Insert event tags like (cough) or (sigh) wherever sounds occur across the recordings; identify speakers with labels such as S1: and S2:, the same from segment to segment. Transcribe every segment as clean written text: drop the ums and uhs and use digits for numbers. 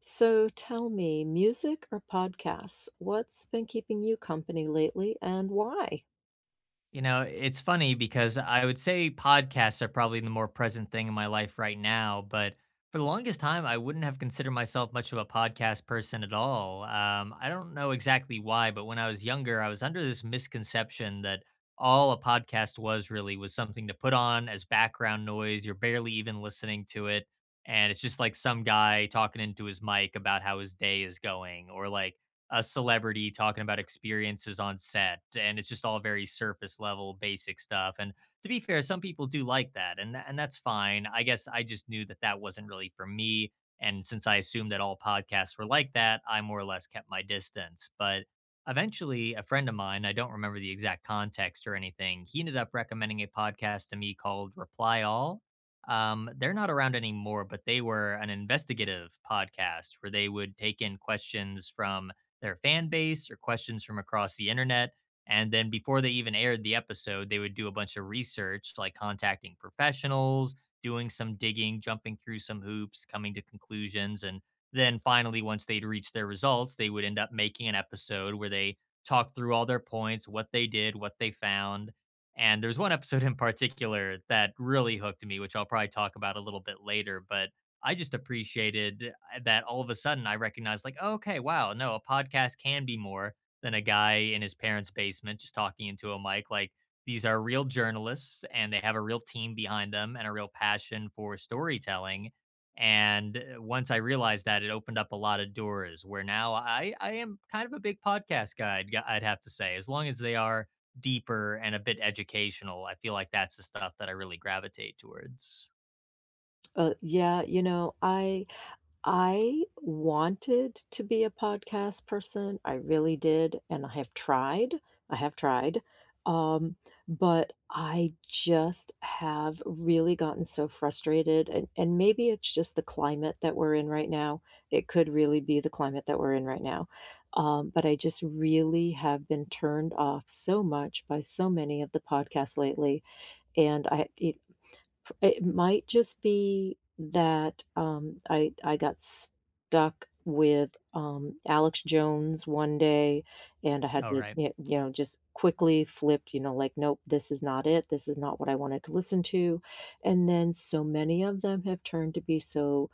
S1: So tell me, music or podcasts, what's been keeping you company lately and why?
S2: You know, it's funny because I would say podcasts are probably the more present thing in my life right now, but for the longest time, I wouldn't have considered myself much of a podcast person at all. I don't know exactly why, but when I was younger, I was under this misconception that all a podcast was really was something to put on as background noise. You're barely even listening to it. And it's just like some guy talking into his mic about how his day is going, or like a celebrity talking about experiences on set, and it's just all very surface level basic stuff. And to be fair, some people do like that, and that's fine. I guess I just knew that that wasn't really for me, and since I assumed that all podcasts were like that, I more or less kept my distance. But eventually, a friend of mine, I don't remember the exact context or anything, he ended up recommending a podcast to me called Reply All. They're not around anymore, but they were an investigative podcast where they would take in questions from their fan base or questions from across the internet. And then before they even aired the episode, they would do a bunch of research, like contacting professionals, doing some digging, jumping through some hoops, coming to conclusions. And then finally, once they'd reached their results, they would end up making an episode where they talked through all their points, what they did, what they found. And there's one episode in particular that really hooked me, which I'll probably talk about a little bit later. But I just appreciated that all of a sudden I recognized, like, oh, okay, wow, no, a podcast can be more than a guy in his parents' basement just talking into a mic. Like, these are real journalists and they have a real team behind them and a real passion for storytelling. And once I realized that, it opened up a lot of doors where now I am kind of a big podcast guy, I'd have to say. As long as they are deeper and a bit educational, I feel like that's the stuff that I really gravitate towards.
S1: Yeah, you know, I wanted to be a podcast person. I really did, and I have tried. I have tried. Um, but I just have really gotten so frustrated, and maybe it's just the climate that we're in right now. It could really be the climate that we're in right now. But I just really have been turned off so much by so many of the podcasts lately, and I it F It might just be that, I got stuck with, Alex Jones one day, and I had
S2: Oh,
S1: to,
S2: right.
S1: y you know, just quickly flipped, you know, like, "Nope, this is not it. This is not what I wanted to listen to," and then so many of them have turned to be so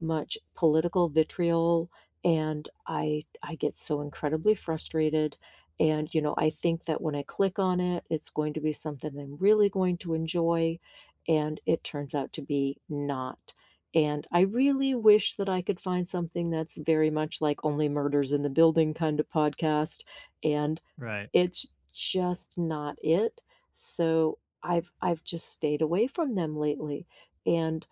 S1: much political vitriol, and I get so incredibly frustrated and, you know, I think that when I click on it, it's going to be something I'm really going to enjoy, and it turns out to be not. And I really wish that I could find something that's very much like Only Murders in the Building kind of podcast, and
S2: Right.
S1: it's just not it. So I've just stayed away from them lately. And,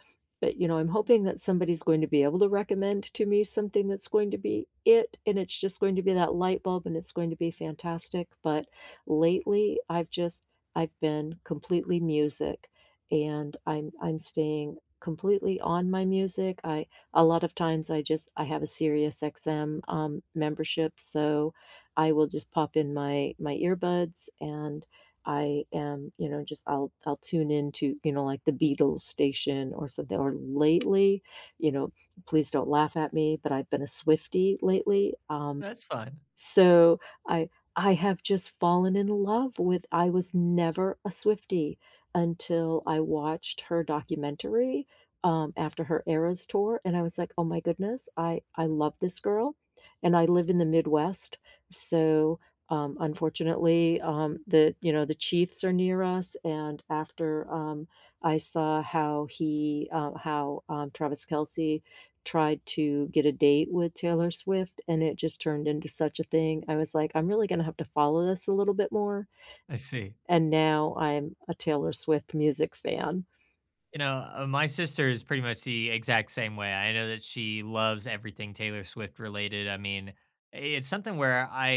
S1: you know, I'm hoping that somebody's going to be able to recommend to me something that's going to be it, and it's just going to be that light bulb, and it's going to be fantastic. But lately, I've been completely music, and I'm staying completely on my music. I a lot of times I have a Sirius XM membership, so I will just pop in my earbuds and I am, you know, just I'll tune into, you know, like the Beatles station or something. Or lately, you know, please don't laugh at me, but I've been a Swiftie lately. Um,
S2: That's fine.
S1: so I have just fallen in love with I was never a Swiftie until I watched her documentary, after her Eras tour, and I was like, "Oh my goodness, I love this girl." And I live in the Midwest, so, unfortunately, the you know, the Chiefs are near us, and after, I saw how Travis Kelsey tried to get a date with Taylor Swift, and it just turned into such a thing. I was like, "I'm really gonna have to follow this a little bit more,"
S2: I see.
S1: and now I'm a Taylor Swift music fan.
S2: You know, my sister is pretty much the exact same way. I know that she loves everything Taylor Swift related. I mean, it's something where I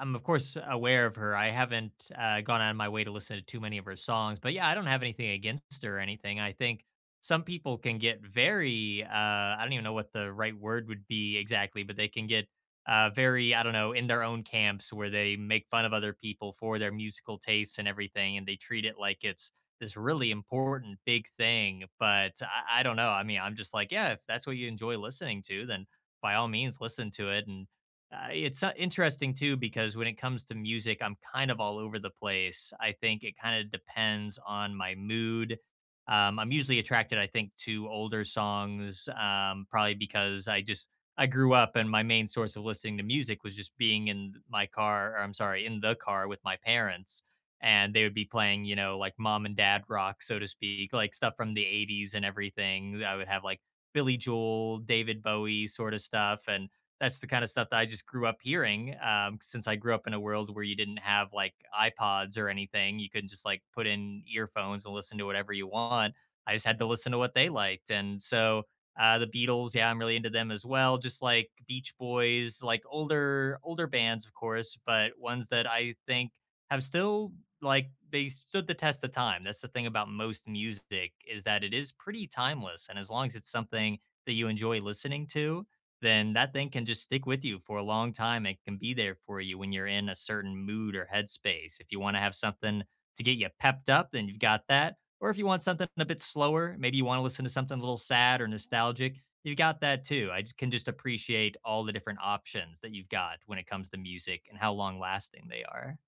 S2: am, of course, aware of her. I haven't gone out of my way to listen to too many of her songs, but yeah, I don't have anything against her or anything. I think some people can get very, I don't even know what the right word would be exactly, but they can get very, I don't know, in their own camps where they make fun of other people for their musical tastes and everything, and they treat it like it's this really important big thing. But I don't know. I mean, I'm just like, yeah, if that's what you enjoy listening to, then by all means, listen to it. And it's interesting too, because when it comes to music, I'm kind of all over the place. I think it kind of depends on my mood. I'm usually attracted, I think, to older songs, probably because I just I grew up and my main source of listening to music was just being in my car, or I'm sorry, in the car with my parents, and they would be playing, you know, like mom and dad rock, so to speak, like stuff from the 80s and everything. I would have like Billy Joel, David Bowie sort of stuff. And that's the kind of stuff that I just grew up hearing. Since I grew up in a world where you didn't have like iPods or anything, you couldn't just like put in earphones and listen to whatever you want. I just had to listen to what they liked. And so the Beatles, yeah, I'm really into them as well. Just like Beach Boys, like older bands, of course, but ones that I think have still, like, they stood the test of time. That's the thing about most music, is that it is pretty timeless, and as long as it's something that you enjoy listening to, then that thing can just stick with you for a long time. It can be there for you when you're in a certain mood or headspace. If you want to have something to get you pepped up, then you've got that. Or if you want something a bit slower, maybe you want to listen to something a little sad or nostalgic, you've got that too. I just can just appreciate all the different options that you've got when it comes to music and how long lasting they are.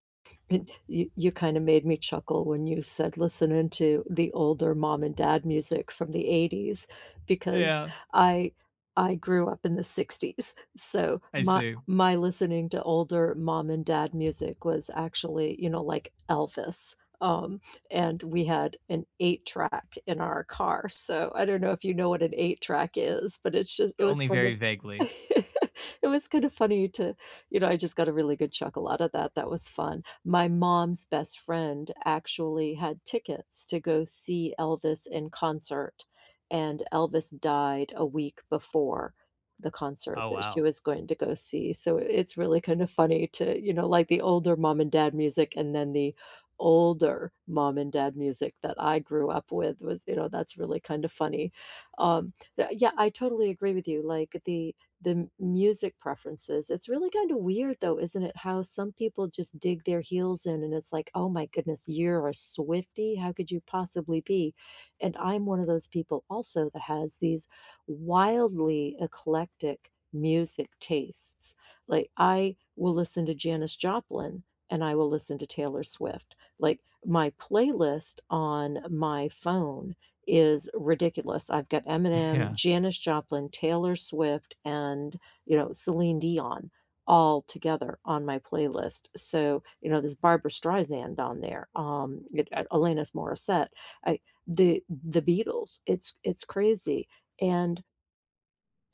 S1: It, you kind of made me chuckle when you said listening to the older mom and dad music from the 80s, because
S2: Yeah,
S1: I I grew up in the 60s. So
S2: I
S1: my
S2: see.
S1: my listening to older mom and dad music was actually, you know, like Elvis. And we had an eight track in our car. So I don't know if you know what an eight track is, but it's just it was
S2: Only
S1: kind of
S2: very vaguely.
S1: (laughs) it was kind of funny to, you know, I just got a really good chuckle out of that. That was fun. My mom's best friend actually had tickets to go see Elvis in concert, and Elvis died a week before the concert
S2: Oh,
S1: that she
S2: wow.
S1: was going to go see, so it's really kind of funny to, you know, like the older mom and dad music and then the older mom and dad music that I grew up with was, you know, that's really kind of funny. The Yeah, I totally agree with you, like, the music preferences. It's really kind of weird though, isn't it? How some people just dig their heels in and it's like, oh my goodness, you're a Swifty. How could you possibly be? And I'm one of those people also that has these wildly eclectic music tastes. Like I will listen to Janis Joplin, and I will listen to Taylor Swift. Like my playlist on my phone is ridiculous. I've got
S2: (laughs)
S1: Eminem,
S2: Yeah,
S1: Janis Joplin, Taylor Swift, and, you know, Celine Dion all together on my playlist. So, you know, there's Barbara Streisand on there, Alanis Morissette, I, the Beatles. It's crazy, and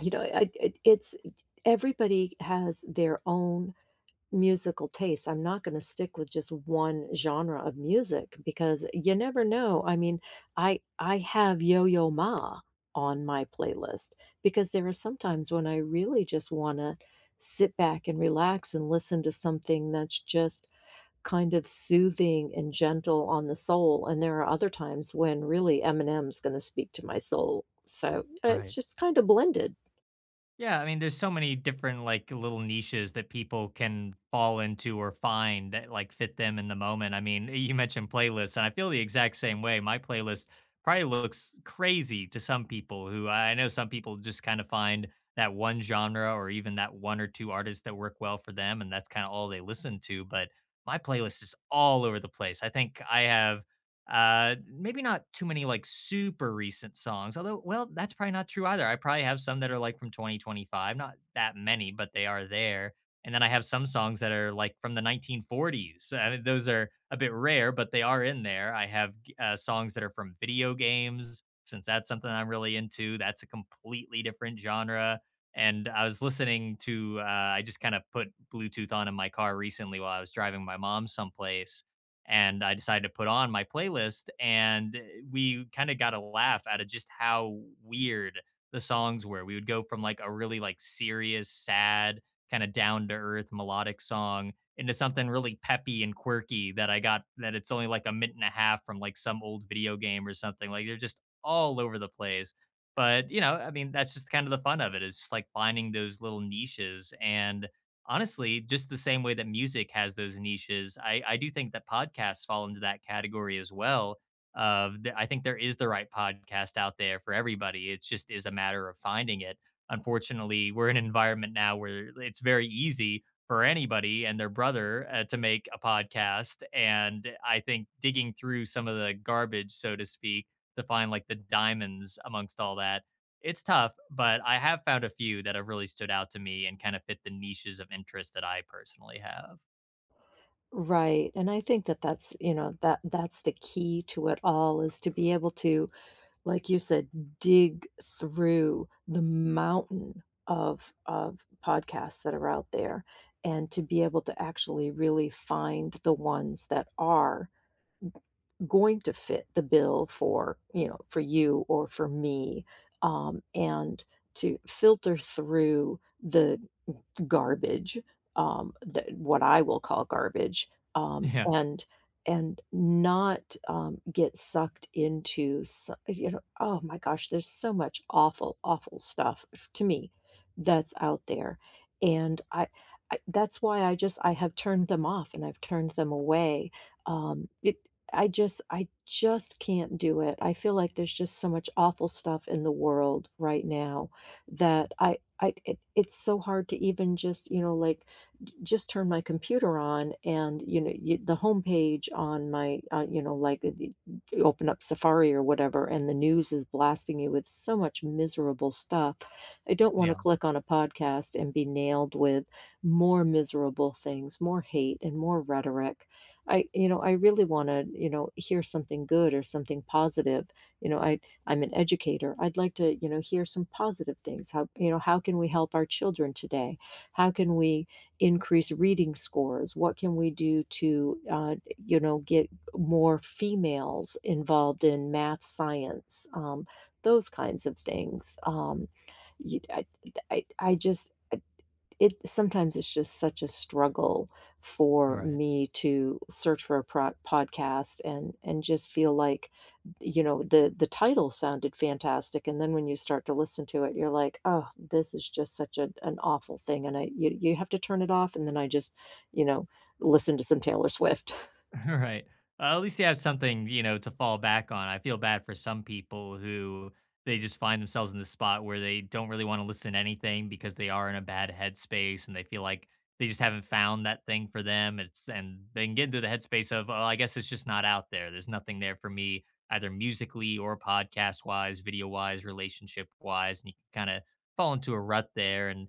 S1: you know, I, it, it's everybody has their own musical tastes. I'm not gonna stick with just one genre of music because you never know. I mean, I have Yo-Yo Ma on my playlist because there are sometimes when I really just wanna sit back and relax and listen to something that's just kind of soothing and gentle on the soul, and there are other times when really Eminem's gonna speak to my soul. So, it's
S2: right.
S1: just kinda blended.
S2: Yeah, I mean, there's so many different like little niches that people can fall into or find that like fit them in the moment. I mean, you mentioned playlists, and I feel the exact same way. My playlist probably looks crazy to some people. Who, I know some people just kind of find that one genre or even that one or two artists that work well for them, and that's kind of all they listen to. But my playlist is all over the place. I think I have, maybe not too many like super recent songs, although, well, that's probably not true either. I probably have some that are like from 2025, not that many, but they are there. And then I have some songs that are like from the 1940s. I mean, those are a bit rare, but they are in there. I have songs that are from video games, since that's something I'm really into. That's a completely different genre. And I was listening to, I just kind of put Bluetooth on in my car recently while I was driving my mom someplace, and I decided to put on my playlist, and we kind of got a laugh out of just how weird the songs were. We would go from like a really like serious, sad, kind of down to earth melodic song into something really peppy and quirky, that I got that it's only like a minute and a half, from like some old video game or something. Like, they're just all over the place. But you know, I mean, that's just kind of the fun of it, is just like finding those little niches. And honestly, just the same way that music has those niches, I do think that podcasts fall into that category as well. Of the, I think there is the right podcast out there for everybody. It just is a matter of finding it. Unfortunately, we're in an environment now where it's very easy for anybody and their brother to make a podcast, and I think digging through some of the garbage, so to speak, to find like the diamonds amongst all that, it's tough, but I have found a few that have really stood out to me and kind of fit the niches of interest that I personally have.
S1: Right, and I think that that's, you know, that's the key to it all is to be able to, like you said, dig through the mountain of podcasts that are out there and to be able to actually really find the ones that are going to fit the bill for, you know, for you or for me, and to filter through the garbage, the what I will call garbage, um,
S2: Yeah.
S1: and and not, get sucked into you know, oh my gosh, there's so much awful, awful stuff f to me that's out there, and I that's why I have turned them off and I've turned them away. It I just can't do it. I feel like there's just so much awful stuff in the world right now that I it it's so hard to even just, you know, like, j just turn my computer on and, you know, you the homepage on my, you know, like, the you open up Safari or whatever, and the news is blasting you with so much miserable stuff. I don't wanna
S2: Yeah.
S1: click on a podcast and be nailed with more miserable things, more hate, and more rhetoric. I You know, I really wanna, you know, hear something good or something positive. You know, I'm an educator. I'd like to, you know, hear some positive things. How, you know, how can we help our children today? How can we increase reading scores? What can we do to, you know, get more females involved in math, science, those kinds of things? You- I just, it Sometimes it's just such a struggle for
S2: Right.
S1: me to search for a podcast and just feel like, you know, the title sounded fantastic, and then when you start to listen to it, you're like, oh, this is just such a, an awful thing, and I you, you have to turn it off, and then I just you know, listen to some Taylor Swift.
S2: (laughs) Right. At least you have something, you know, to fall back on. I feel bad for some people who, they just find themselves in the spot where they don't really want to listen to anything because they are in a bad headspace and they feel like they just haven't found that thing for them. It's, and they can get into the headspace of, oh, I guess it's just not out there. There's nothing there for me, either musically or podcast wise, video wise, relationship wise. And you can kind of fall into a rut there. And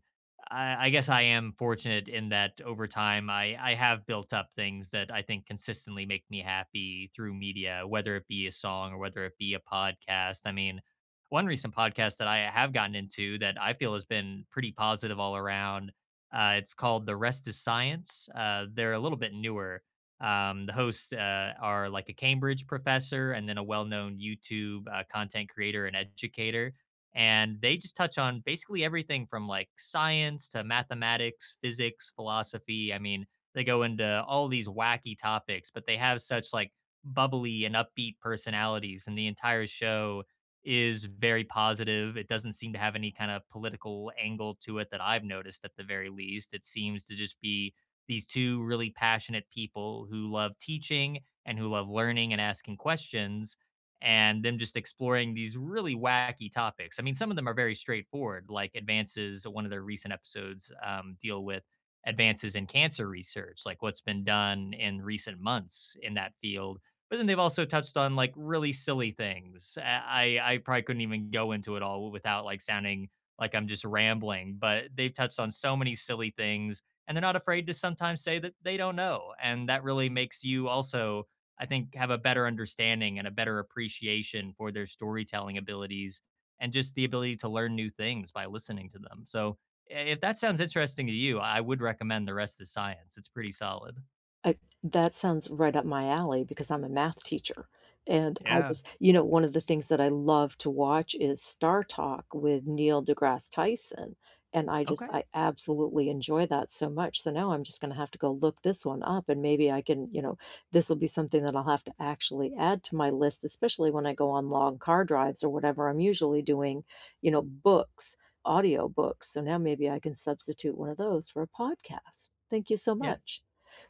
S2: I guess I am fortunate in that, over time I have built up things that I think consistently make me happy through media, whether it be a song or whether it be a podcast. I mean, one recent podcast that I have gotten into that I feel has been pretty positive all around. It's called The Rest is Science. They're a little bit newer. The hosts are like a Cambridge professor and then a well known YouTube content creator and educator, and they just touch on basically everything from like science to mathematics, physics, philosophy. I mean, they go into all these wacky topics, but they have such like bubbly and upbeat personalities, and the entire show is very positive. It doesn't seem to have any kind of political angle to it that I've noticed at the very least. It seems to just be these two really passionate people who love teaching and who love learning and asking questions, and them just exploring these really wacky topics. I mean, some of them are very straightforward, like advances. One of their recent episodes deal with advances in cancer research, like what's been done in recent months in that field. But then they've also touched on like really silly things. I probably couldn't even go into it all without like sounding like I'm just rambling. But they've touched on so many silly things, and they're not afraid to sometimes say that they don't know, and that really makes you also, I think, have a better understanding and a better appreciation for their storytelling abilities and just the ability to learn new things by listening to them. So, if that sounds interesting to you, I would recommend The Rest is Science. It's pretty solid.
S1: I That sounds right up my alley because I'm a math teacher, and I
S2: Yeah.
S1: just, you know, one of the things that I love to watch is Star Talk with Neil deGrasse Tyson, and I just
S2: Okay.
S1: I absolutely enjoy that so much, so now I'm just gonna have to go look this one up, and maybe I can, you know, this will be something that I'll have to actually add to my list, especially when I go on long car drives or whatever. I'm usually doing, you know, books, audio books. So now maybe I can substitute one of those for a podcast. Thank you so
S2: Yeah.
S1: much.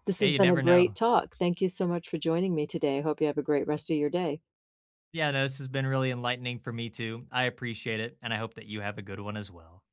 S1: This
S2: Hey,
S1: has
S2: you
S1: been a
S2: never
S1: great
S2: know.
S1: talk. Thank you so much for joining me today. I hope you have a great rest of your day.
S2: Yeah, no, this has been really enlightening for me too. I appreciate it. And I hope that you have a good one as well.